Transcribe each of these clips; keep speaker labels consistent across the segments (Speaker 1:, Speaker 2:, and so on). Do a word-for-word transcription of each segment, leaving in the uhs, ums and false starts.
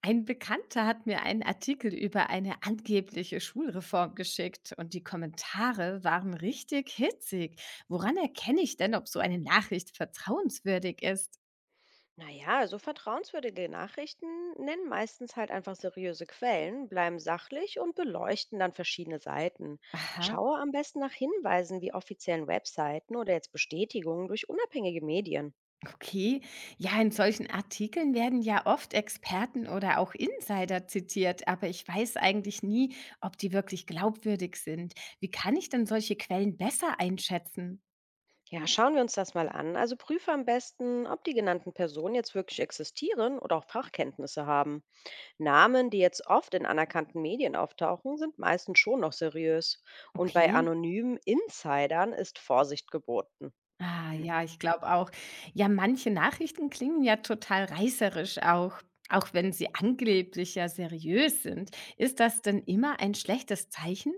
Speaker 1: Ein Bekannter hat mir einen Artikel über eine angebliche Schulreform geschickt und die Kommentare waren richtig hitzig. Woran erkenne ich denn, ob so eine Nachricht vertrauenswürdig ist?
Speaker 2: Naja, so vertrauenswürdige Nachrichten nennen meistens halt einfach seriöse Quellen, bleiben sachlich und beleuchten dann verschiedene Seiten.
Speaker 1: Aha,
Speaker 2: Schaue am besten nach Hinweisen wie offiziellen Webseiten oder jetzt Bestätigungen durch unabhängige Medien.
Speaker 1: okay. Ja, in solchen Artikeln werden ja oft Experten oder auch Insider zitiert, aber ich weiß eigentlich nie, ob die wirklich glaubwürdig sind. Wie kann ich denn solche Quellen besser einschätzen?
Speaker 2: Ja, schauen wir uns das mal an. Also prüfe am besten, ob die genannten Personen jetzt wirklich existieren oder auch Fachkenntnisse haben. Namen, die jetzt oft in anerkannten Medien auftauchen, sind meistens schon noch seriös. Und bei
Speaker 1: Okay.
Speaker 2: anonymen Insidern ist Vorsicht geboten.
Speaker 1: Ah, ja, ich glaube auch. Ja, manche Nachrichten klingen ja total reißerisch auch, auch wenn sie angeblich ja seriös sind. Ist das denn immer ein schlechtes Zeichen?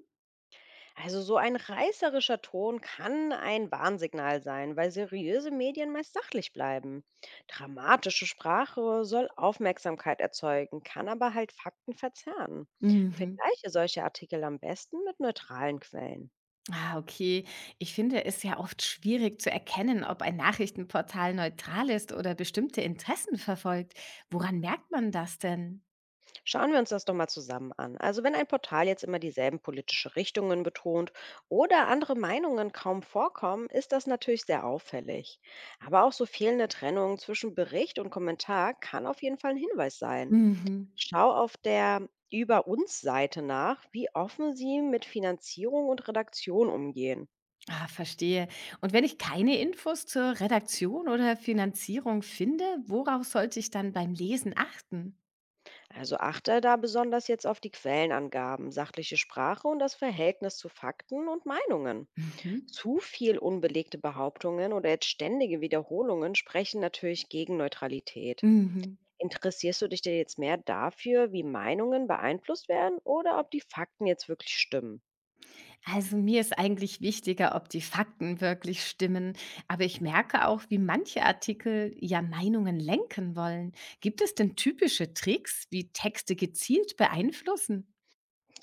Speaker 2: Also so ein reißerischer Ton kann ein Warnsignal sein, weil seriöse Medien meist sachlich bleiben. Dramatische Sprache soll Aufmerksamkeit erzeugen, kann aber halt Fakten verzerren.
Speaker 1: Mhm.
Speaker 2: Vergleiche solche Artikel am besten mit neutralen Quellen.
Speaker 1: Ah, okay. Ich finde es ja oft schwierig zu erkennen, ob ein Nachrichtenportal neutral ist oder bestimmte Interessen verfolgt. Woran merkt man das denn?
Speaker 2: Schauen wir uns das doch mal zusammen an. Also wenn ein Portal jetzt immer dieselben politische Richtungen betont oder andere Meinungen kaum vorkommen, ist das natürlich sehr auffällig. Aber auch so fehlende Trennung zwischen Bericht und Kommentar kann auf jeden Fall ein Hinweis sein.
Speaker 1: Mhm.
Speaker 2: Schau auf der Über uns Seite nach, wie offen sie mit Finanzierung und Redaktion umgehen.
Speaker 1: Ah, verstehe. Und wenn ich keine Infos zur Redaktion oder Finanzierung finde, worauf sollte ich dann beim Lesen achten?
Speaker 2: Also achte da besonders jetzt auf die Quellenangaben, sachliche Sprache und das Verhältnis zu Fakten und Meinungen.
Speaker 1: Mhm.
Speaker 2: Zu viel unbelegte Behauptungen oder jetzt ständige Wiederholungen sprechen natürlich gegen Neutralität.
Speaker 1: Mhm.
Speaker 2: Interessierst du dich denn jetzt mehr dafür, wie Meinungen beeinflusst werden oder ob die Fakten jetzt wirklich stimmen?
Speaker 1: Also mir ist eigentlich wichtiger, ob die Fakten wirklich stimmen, aber ich merke auch, wie manche Artikel ja Meinungen lenken wollen. Gibt es denn typische Tricks, wie Texte gezielt beeinflussen?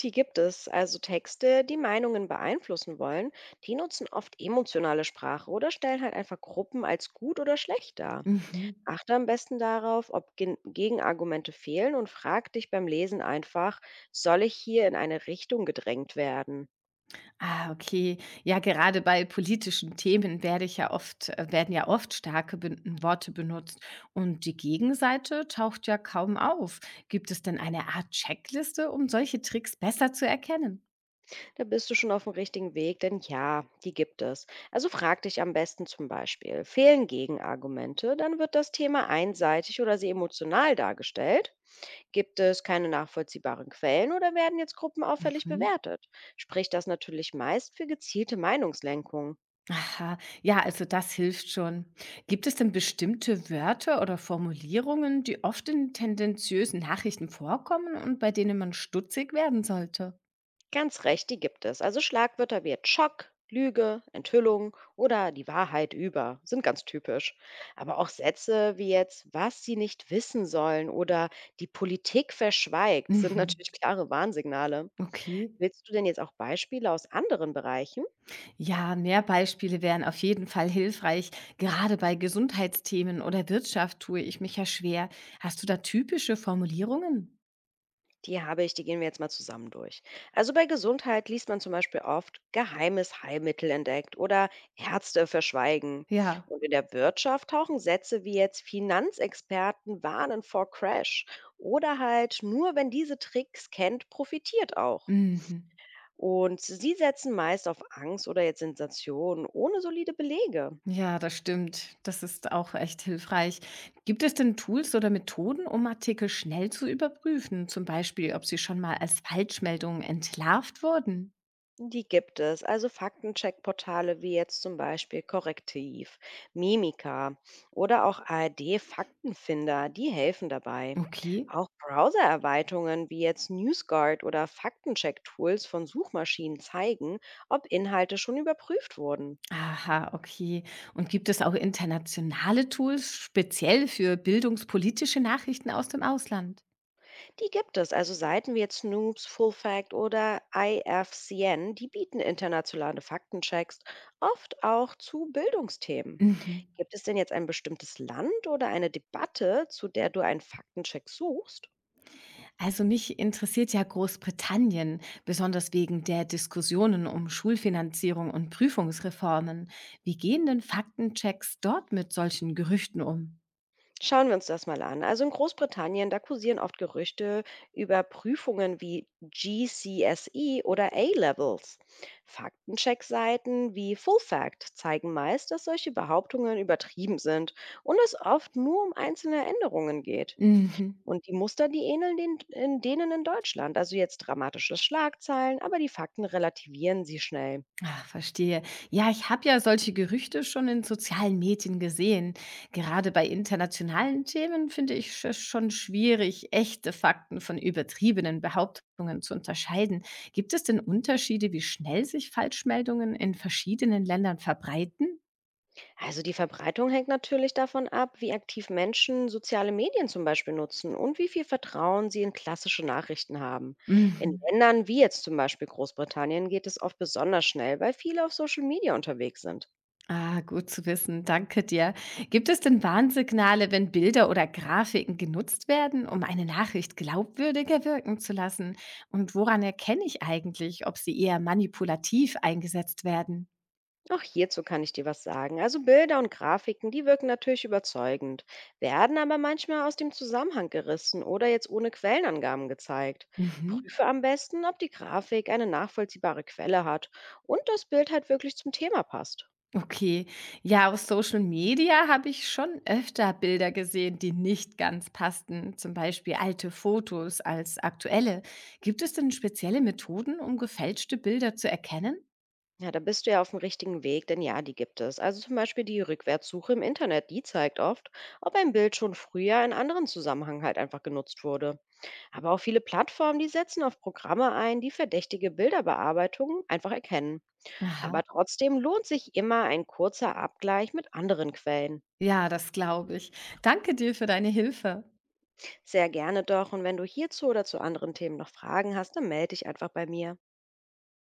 Speaker 2: Die gibt es. Also Texte, die Meinungen beeinflussen wollen, die nutzen oft emotionale Sprache oder stellen halt einfach Gruppen als gut oder schlecht dar.
Speaker 1: Mhm.
Speaker 2: Achte am besten darauf, ob Gen- Gegenargumente fehlen und frag dich beim Lesen einfach, soll ich hier in eine Richtung gedrängt werden?
Speaker 1: Ah, okay. Ja, gerade bei politischen Themen werde ich ja oft, äh, werden ja oft starke Be Worte benutzt und die Gegenseite taucht ja kaum auf. Gibt es denn eine Art Checkliste, um solche Tricks besser zu erkennen?
Speaker 2: Da bist du schon auf dem richtigen Weg, denn ja, die gibt es. Also frag dich am besten zum Beispiel, fehlen Gegenargumente, dann wird das Thema einseitig oder sehr emotional dargestellt. Gibt es keine nachvollziehbaren Quellen oder werden jetzt Gruppen auffällig bewertet? Spricht das natürlich meist für gezielte Meinungslenkung.
Speaker 1: Aha, ja, also das hilft schon. Gibt es denn bestimmte Wörter oder Formulierungen, die oft in tendenziösen Nachrichten vorkommen und bei denen man stutzig werden sollte?
Speaker 2: Ganz recht, die gibt es. Also Schlagwörter wie jetzt Schock, Lüge, Enthüllung oder die Wahrheit über sind ganz typisch. Aber auch Sätze wie jetzt, was sie nicht wissen sollen oder die Politik verschweigt, sind
Speaker 1: Mhm.
Speaker 2: natürlich klare Warnsignale.
Speaker 1: Okay.
Speaker 2: Willst du denn jetzt auch Beispiele aus anderen Bereichen?
Speaker 1: Ja, mehr Beispiele wären auf jeden Fall hilfreich. Gerade bei Gesundheitsthemen oder Wirtschaft tue ich mich ja schwer. Hast du da typische Formulierungen?
Speaker 2: Die habe ich, die gehen wir jetzt mal zusammen durch. Also bei Gesundheit liest man zum Beispiel oft geheimes Heilmittel entdeckt oder Ärzte verschweigen.
Speaker 1: Ja.
Speaker 2: Und in der Wirtschaft tauchen Sätze wie jetzt Finanzexperten warnen vor Crash oder halt nur wenn diese Tricks kennt, profitiert auch.
Speaker 1: Mhm.
Speaker 2: Und sie setzen meist auf Angst oder jetzt Sensation ohne solide Belege.
Speaker 1: Ja, das stimmt. Das ist auch echt hilfreich. Gibt es denn Tools oder Methoden, um Artikel schnell zu überprüfen? Zum Beispiel, ob sie schon mal als Falschmeldungen entlarvt wurden?
Speaker 2: Die gibt es. Also Faktencheckportale wie jetzt zum Beispiel Korrektiv, Mimika oder auch A R D-Faktenfinder, die helfen dabei.
Speaker 1: Okay.
Speaker 2: Auch Browser-Erweiterungen wie jetzt NewsGuard oder Faktencheck-Tools von Suchmaschinen zeigen, ob Inhalte schon überprüft wurden.
Speaker 1: Aha, okay. Und gibt es auch internationale Tools speziell für bildungspolitische Nachrichten aus dem Ausland?
Speaker 2: Die gibt es. Also Seiten wie jetzt Noobs, FullFact oder I F C N, die bieten internationale Faktenchecks, oft auch zu Bildungsthemen.
Speaker 1: Mhm.
Speaker 2: Gibt es denn jetzt ein bestimmtes Land oder eine Debatte, zu der du einen Faktencheck suchst?
Speaker 1: Also mich interessiert ja Großbritannien, besonders wegen der Diskussionen um Schulfinanzierung und Prüfungsreformen. Wie gehen denn Faktenchecks dort mit solchen Gerüchten um?
Speaker 2: Schauen wir uns das mal an. Also in Großbritannien, da kursieren oft Gerüchte über Prüfungen wie G C S E oder A-Levels. Faktencheck-Seiten wie Full Fact zeigen meist, dass solche Behauptungen übertrieben sind und es oft nur um einzelne Änderungen geht.
Speaker 1: Mhm.
Speaker 2: Und die Muster, die ähneln den, in denen in Deutschland. Also jetzt dramatische Schlagzeilen, aber die Fakten relativieren sie schnell.
Speaker 1: Ah, verstehe. Ja, ich habe ja solche Gerüchte schon in sozialen Medien gesehen. Gerade bei internationalen Themen finde ich es schon schwierig, echte Fakten von übertriebenen Behauptungen zu unterscheiden. Gibt es denn Unterschiede, wie schnell sich Falschmeldungen in verschiedenen Ländern verbreiten?
Speaker 2: Also die Verbreitung hängt natürlich davon ab, wie aktiv Menschen soziale Medien zum Beispiel nutzen und wie viel Vertrauen sie in klassische Nachrichten haben. In
Speaker 1: Mhm.
Speaker 2: Ländern wie jetzt zum Beispiel Großbritannien geht es oft besonders schnell, weil viele auf Social Media unterwegs sind.
Speaker 1: Ah, gut zu wissen. Danke dir. Gibt es denn Warnsignale, wenn Bilder oder Grafiken genutzt werden, um eine Nachricht glaubwürdiger wirken zu lassen? Und woran erkenne ich eigentlich, ob sie eher manipulativ eingesetzt werden?
Speaker 2: Auch hierzu kann ich dir was sagen. Also Bilder und Grafiken, die wirken natürlich überzeugend, werden aber manchmal aus dem Zusammenhang gerissen oder jetzt ohne Quellenangaben gezeigt.
Speaker 1: Mhm.
Speaker 2: Prüfe am besten, ob die Grafik eine nachvollziehbare Quelle hat und das Bild halt wirklich zum Thema passt.
Speaker 1: Okay. Ja, auf Social Media habe ich schon öfter Bilder gesehen, die nicht ganz passten. Zum Beispiel alte Fotos als aktuelle. Gibt es denn spezielle Methoden, um gefälschte Bilder zu erkennen?
Speaker 2: Ja, da bist du ja auf dem richtigen Weg, denn ja, die gibt es. Also zum Beispiel die Rückwärtssuche im Internet, die zeigt oft, ob ein Bild schon früher in anderen Zusammenhang halt einfach genutzt wurde. Aber auch viele Plattformen, die setzen auf Programme ein, die verdächtige Bilderbearbeitungen einfach erkennen. Aber
Speaker 1: Aha.
Speaker 2: trotzdem lohnt sich immer ein kurzer Abgleich mit anderen Quellen.
Speaker 1: Ja, das glaube ich. Danke dir für deine Hilfe.
Speaker 2: Sehr gerne doch. Und wenn du hierzu oder zu anderen Themen noch Fragen hast, dann melde dich einfach bei mir.